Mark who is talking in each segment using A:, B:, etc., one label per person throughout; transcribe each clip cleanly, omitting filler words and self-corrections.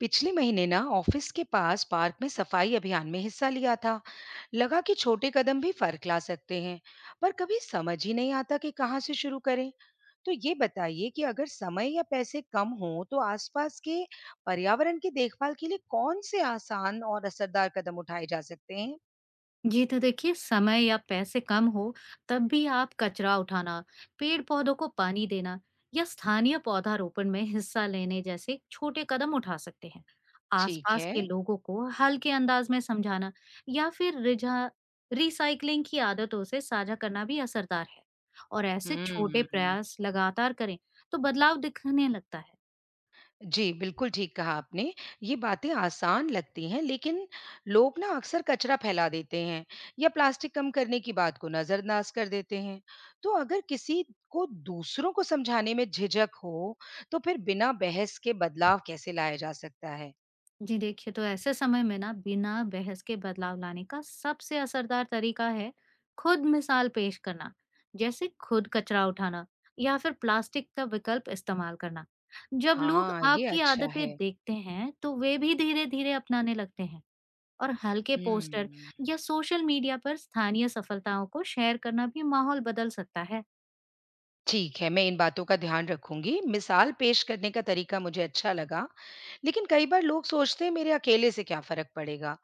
A: पिछले महीने ना ऑफिस के पास पार्क में सफाई अभियान में हिस्सा लिया था। लगा कि छोटे कदम भी फर्क ला सकते हैं। पर कभी समझ ही नहीं आता कि कहाँ से शुरू करें। तो ये बताइए कि अगर समय या पैसे कम हो तो आसपास के पर्यावरण की देखभाल के लिए कौन से आसान और असरदार कदम उठाए जा सकते हैं?
B: जी, तो देखिए समय या पैसे कम हो तब भी आप कचरा उठाना, पेड़ पौधों को पानी देना या स्थानीय पौधारोपण में हिस्सा लेने जैसे छोटे कदम उठा सकते हैं।
A: ठीक
B: आसपास
A: है।
B: के लोगों को हल्के अंदाज में समझाना या फिर रिझा रिसाइकलिंग की आदतों से साझा करना भी असरदार है और ऐसे छोटे
A: हम्म।
B: प्रयास लगातार करें तो बदलाव दिखने लगता है।
A: जी, बिल्कुल ठीक कहा आपने। ये बातें आसान लगती हैं लेकिन लोग ना अक्सर कचरा फैला देते हैं या प्लास्टिक कम करने की बात को नज़रअंदाज कर देते हैं। तो अगर किसी को दूसरों को समझाने में झिझक हो, तो फिर बिना बहस के बदलाव कैसे लाया जा सकता है?
B: जी देखिए, तो ऐसे समय में ना बिना बहस के बदलाव लाने का सबसे असरदार तरीका है खुद मिसाल पेश करना, जैसे खुद कचरा उठाना या फिर प्लास्टिक का विकल्प इस्तेमाल करना। जब लोग
A: हाँ, ये
B: आपकी
A: अच्छा
B: आदतें
A: है।
B: देखते हैं तो वे भी धीरे धीरे अपनाने लगते हैं। और हल्के पोस्टर
A: हुँ।
B: या सोशल मीडिया पर स्थानीय सफलताओं को शेयर करना भी माहौल बदल सकता है।
A: ठीक है, मैं इन बातों का ध्यान रखूँगी। मिसाल पेश करने का तरीका मुझे अच्छा लगा, लेकिन कई बार लोग सोचते हैं मेरे अकेले से क्या फ़र्क पड़ेगा?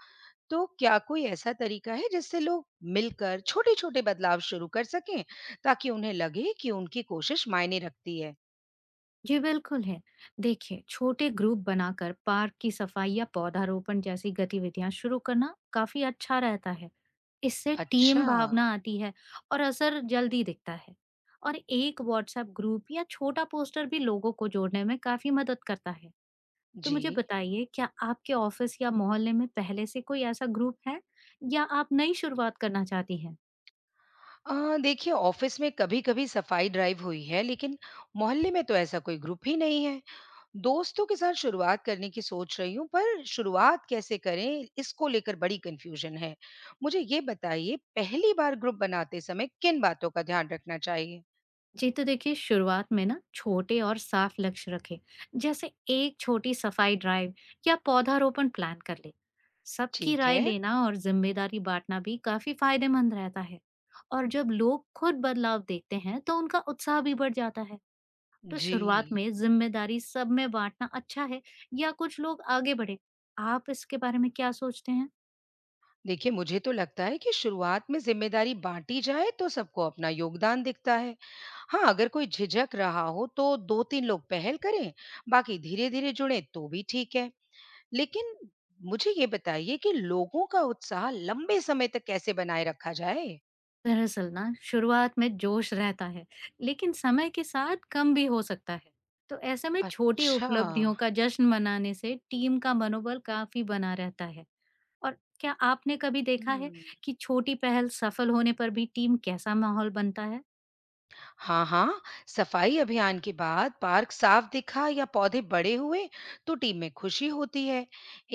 A: तो क्या कोई ऐसा तरीका है जिससे लोग मिलकर छोटे-छोटे बदलाव शुरू कर सकें ताकि उन्हें लगे कि उनकी कोशिश मायने रखती है?
B: जी, बिल्कुल है। देखिए, छोटे ग्रुप बनाकर पार्क की सफाई या पौधारोपण जैसी गतिविधियां शुरू करना काफी अच्छा रहता है। इससे
A: अच्छा।
B: टीम भावना आती है और असर जल्दी दिखता है। और एक व्हाट्सएप ग्रुप या छोटा पोस्टर भी लोगों को जोड़ने में काफी मदद करता है। तो
A: जी।
B: मुझे बताइए, क्या आपके ऑफिस या मोहल्ले में पहले से कोई ऐसा ग्रुप है या आप नई शुरुआत करना चाहती हैं?
A: अ, देखिए ऑफिस में कभी-कभी सफाई ड्राइव हुई है, लेकिन मोहल्ले में तो ऐसा कोई ग्रुप ही नहीं है। दोस्तों के साथ शुरुआत करने की सोच रही हूँ, पर शुरुआत कैसे करें इसको लेकर बड़ी कन्फ्यूजन है। मुझे ये बताइए पहली बार ग्रुप बनाते समय किन बातों का ध्यान रखना चाहिए?
B: जी, तो देखिए शुरुआत में ना छोटे और साफ लक्ष्य रखें, जैसे एक छोटी सफाई ड्राइव या पौधारोपण प्लान कर ले। सबकी
A: ठीक
B: राय
A: है।
B: लेना और जिम्मेदारी बांटना भी काफी फायदेमंद रहता है। और जब लोग खुद बदलाव देखते हैं, तो उनका उत्साह भी बढ़ जाता है। तो
A: जी।
B: शुरुआत में जिम्मेदारी सब में बांटना अच्छा है या कुछ लोग आगे बढ़े। आप इसके बारे में क्या सोचते हैं?
A: देखिए मुझे तो लगता है कि शुरुआत में जिम्मेदारी बांटी जाए तो सबको अपना योगदान दिखता है। हाँ, अगर कोई झिझक रहा हो तो दो तीन लोग पहल करें, बाकी धीरे धीरे जुड़े तो भी ठीक है। लेकिन मुझे ये बताइए कि लोगों का उत्साह लंबे समय तक कैसे बनाए रखा जाए?
B: दरअसल ना शुरुआत में जोश रहता है, लेकिन समय के साथ कम भी हो सकता है। तो ऐसे में छोटी
A: अच्छा।
B: उपलब्धियों का जश्न मनाने से टीम का मनोबल काफी बना रहता है। और क्या आपने कभी देखा है
A: हम्म।
B: कि छोटी पहल सफल होने पर भी टीम कैसा माहौल बनता है?
A: हाँ, हाँ, सफाई अभियान के बाद पार्क साफ दिखा या पौधे बड़े हुए तो टीम में खुशी होती है।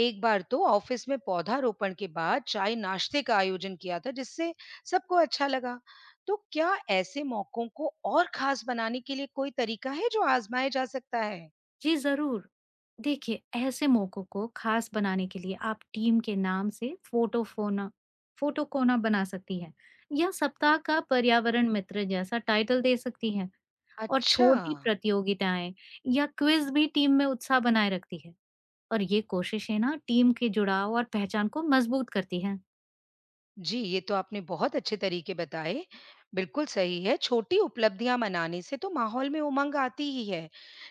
A: एक बार तो ऑफिस में पौधारोपण के बाद चाय नाश्ते का आयोजन किया था जिससे सबको अच्छा लगा। तो क्या ऐसे मौकों को और खास बनाने के लिए कोई तरीका है जो आजमाया जा सकता है?
B: जी जरूर। देखिए, ऐसे मौकों को खास बनाने के लिए आप टीम के नाम से फोटो कोना बना सकती है या सप्ताह का पर्यावरण मित्र जैसा टाइटल दे सकती है। और
A: अच्छा।
B: छोटी प्रतियोगिताएँ या क्विज़ भी टीम में उत्साह बनाए रखती है, और ये कोशिशें ना टीम के जुड़ाव और पहचान को मजबूत करती हैं।
A: जी, ये तो आपने बहुत अच्छे तरीके बताए। बिल्कुल सही है, छोटी उपलब्धियाँ मनाने से तो माहौल में उमंग आती ही है।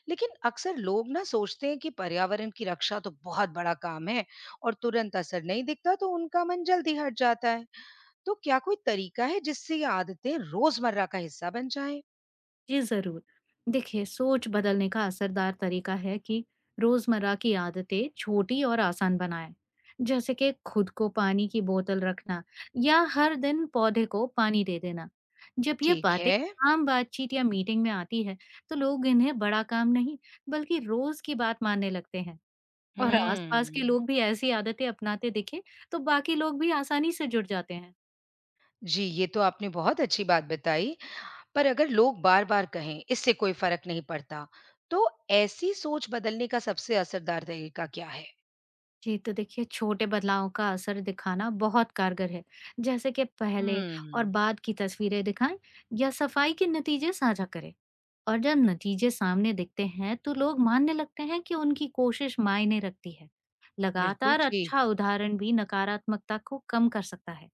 A: लेकिन अक्सर लोग ना सोचते हैं कि पर्यावरण की रक्षा तो बहुत बड़ा काम है और तुरंत असर नहीं दिखता तो उनका मन जल्दी हट जाता है। तो क्या कोई तरीका है जिससे ये आदतें रोज़मर्रा का हिस्सा बन जाएँ?
B: जी ज़रूर। देखिए, सोच बदलने का असरदार तरीका है कि रोज़मर्रा की आदतें छोटी और आसान बनाएं। जैसे कि खुद को पानी की बोतल रखना या हर दिन पौधे को पानी दे देना। जब ये
A: ठीक
B: बातें
A: है।
B: आम बातचीत या मीटिंग में आती है तो लोग इन्हें बड़ा काम नहीं बल्कि रोज़ की बात मानने लगते हैं। और आस-पास के लोग
A: हुँ।
B: भी ऐसी आदतें अपनाते दिखें, तो बाकी लोग भी आसानी से जुड़ जाते हैं।
A: जी, ये तो आपने बहुत अच्छी बात बताई। पर अगर लोग बार-बार कहें इससे कोई फर्क नहीं पड़ता, तो ऐसी सोच बदलने का सबसे असरदार तरीका क्या है?
B: जी, तो देखिए छोटे बदलावों का असर दिखाना बहुत कारगर है, जैसे कि पहले और
A: हम्म,
B: बाद की तस्वीरें दिखाएं या सफाई के नतीजे साझा करें। और जब नतीजे सामने दिखते हैं, तो लोग मानने लगते हैं कि उनकी कोशिश मायने रखती है।
A: बिल्कुल
B: लगातार
A: ठीक।
B: अच्छा उदाहरण भी नकारात्मकता को कम कर सकता है।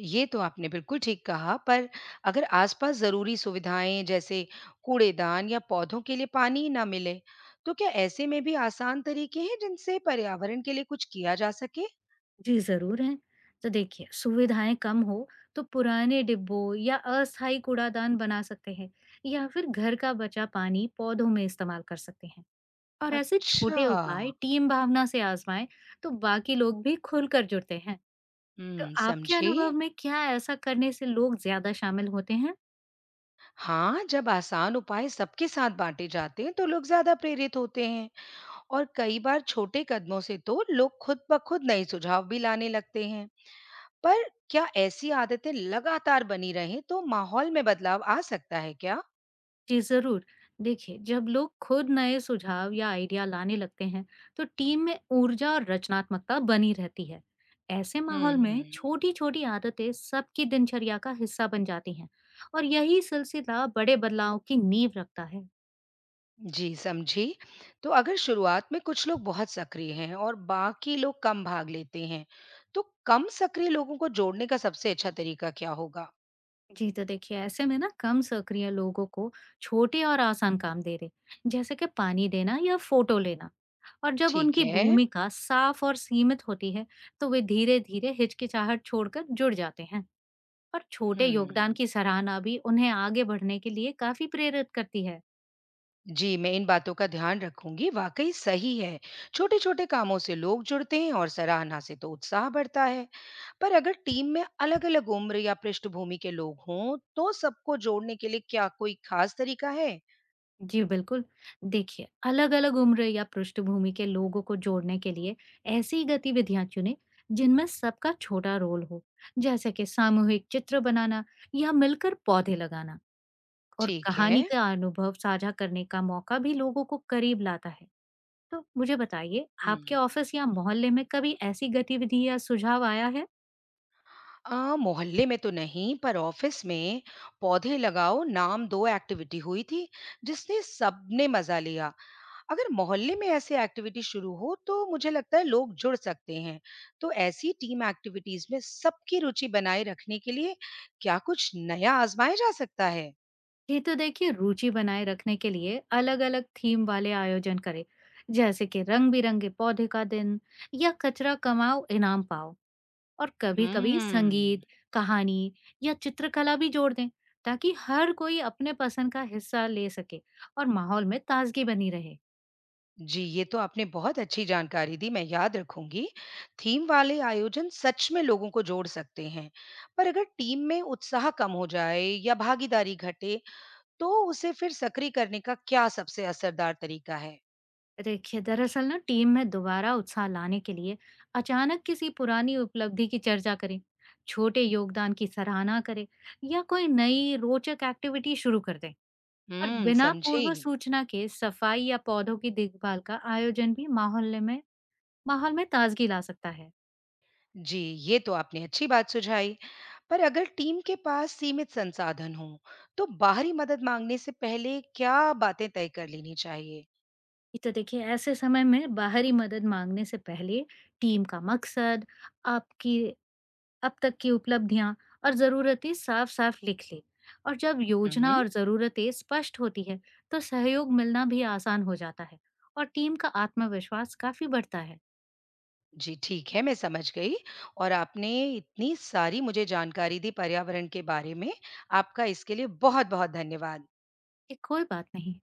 A: ये तो आपने बिल्कुल ठीक कहा, पर अगर आसपास ज़रूरी सुविधाएं जैसे कूड़ेदान या पौधों के लिए पानी ही ना मिले, तो क्या ऐसे में भी आसान तरीके हैं जिनसे पर्यावरण के लिए कुछ किया जा सके?
B: जी, ज़रूर है। तो देखिए, सुविधाएँ कम हो तो पुराने डिब्बों या अस्थायी कूड़ादान बना सकते हैं या फिर घर का बचा पानी पौधों में इस्तेमाल कर सकते हैं। और ऐसे
A: अच्छा।
B: छोटे उपाय टीम भावना से आज़माएँ तो बाकी लोग भी खुलकर जुड़ते हैं। तो
A: हुँ,
B: आपके
A: समझी।
B: अनुभव में क्या ऐसा करने से लोग ज़्यादा शामिल होते हैं?
A: हाँ, जब आसान उपाय सबके साथ बाँटे जाते हैं तो लोग ज़्यादा प्रेरित होते हैं। और कई बार छोटे कदमों से तो लोग खुद ब खुद नए सुझाव भी लाने लगते हैं। पर क्या ऐसी आदतें लगातार बनी रहें तो माहौल में बदलाव आ सकता है क्या?
B: जी जरूर। देखिए, जब लोग खुद नए सुझाव या आइडिया लाने लगते हैं तो टीम में ऊर्जा और रचनात्मकता बनी रहती है। ऐसे माहौल में
A: हम्म।
B: छोटी छोटी आदतें सबकी दिनचर्या का हिस्सा बन जाती हैं और यही सिलसिला बड़े बदलाव की नींव रखता है।
A: जी, समझी। तो अगर शुरुआत में कुछ लोग बहुत सक्रिय हैं और बाकी लोग कम भाग लेते हैं, तो कम सक्रिय लोगों को जोड़ने का सबसे अच्छा तरीका क्या होगा?
B: जी, तो देखिए ऐसे में ना कम सक्रिय लोगों को छोटे और आसान काम दे दे, जैसे कि पानी देना या फोटो लेना। और जब
A: ठीक
B: उनकी
A: है।
B: भूमिका साफ और सीमित होती है तो वे धीरे धीरे हिचकिचाहट छोड़कर जुड़ जाते हैं। और छोटे योगदान
A: हम्म।
B: की सराहना भी उन्हें आगे बढ़ने के लिए काफी प्रेरित करती है।
A: जी, मैं इन बातों का ध्यान रखूंगी। वाकई सही है। छोटे-छोटे कामों से लोग जुड़ते हैं और सराहना से तो उत्साह बढ़ता है। पर अगर टीम में अलग-अलग उम्र या पृष्ठभूमि के लोग हों, तो सबको जोड़ने के लिए क्या कोई खास तरीका है?
B: जी बिल्कुल। देखिए, अलग अलग उम्र या पृष्ठभूमि के लोगों को जोड़ने के लिए ऐसी गतिविधियां चुने जिनमें सबका छोटा रोल हो, जैसे कि सामूहिक चित्र बनाना या मिलकर पौधे लगाना। और
A: ठीक
B: कहानी
A: है।
B: का अनुभव साझा करने का मौका भी लोगों को करीब लाता है। तो मुझे बताइए, आपके
A: हुँ।
B: ऑफिस या मोहल्ले में कभी ऐसी गतिविधि या सुझाव आया है?
A: अ, मोहल्ले में तो नहीं, पर ऑफिस में पौधे लगाओ नाम दो एक्टिविटी हुई थी, जिसने सबने मजा लिया। अगर मोहल्ले में ऐसे एक्टिविटी शुरू हो तो मुझे लगता है लोग जुड़ सकते हैं। तो ऐसी टीम एक्टिविटीज में सबकी रुचि बनाए रखने के लिए क्या कुछ नया आजमाया जा सकता है?
B: ये तो देखिए, रुचि बनाए रखने के लिए अलग अलग थीम वाले आयोजन करें, जैसे कि रंग बिरंगे पौधे का दिन या कचरा कमाओ इनाम पाओ। और कभी कभी संगीत,
A: हम्म।
B: कहानी या चित्रकला भी जोड़ दें ताकि हर कोई अपने पसंद का हिस्सा ले सके और माहौल में ताजगी बनी रहे।
A: जी, ये तो आपने बहुत अच्छी जानकारी दी, मैं याद रखूंगी। थीम वाले आयोजन सच में लोगों को जोड़ सकते हैं। पर अगर टीम में उत्साह कम हो जाए या भागीदारी घटे, तो उसे फिर सक्रिय करने का क्या सबसे असरदार तरीका है?
B: देखिए, दरअसल ना टीम में दोबारा उत्साह लाने के लिए अचानक किसी पुरानी उपलब्धि की चर्चा करें, छोटे योगदान की सराहना करें या कोई नई रोचक एक्टिविटी शुरू कर दें। और
A: हम्म,
B: बिना
A: समझी।
B: पूर्व सूचना के सफाई या पौधों की देखभाल का आयोजन भी माहौल में ताजगी ला सकता है।
A: जी, ये तो आपने अच्छी बात सुझाई। पर अगर टीम के पास सीमित संसाधन हों, तो बाहरी मदद मांगने से पहले क्या बातें तय कर लेनी चाहिए?
B: ये तो देखिए, ऐसे समय में बाहरी मदद मांगने से पहले टीम का मकसद, आपकी अब तक की उपलब्धियां और जरूरतें साफ साफ लिख ले। और जब योजना
A: हुँ।
B: और जरूरतें स्पष्ट होती है तो सहयोग मिलना भी आसान हो जाता है और टीम का आत्मविश्वास काफी बढ़ता है।
A: जी ठीक है, मैं समझ गई। और आपने इतनी सारी मुझे जानकारी दी पर्यावरण के बारे में। आपका इसके लिए बहुत-बहुत धन्यवाद।
B: कि कोई बात नहीं।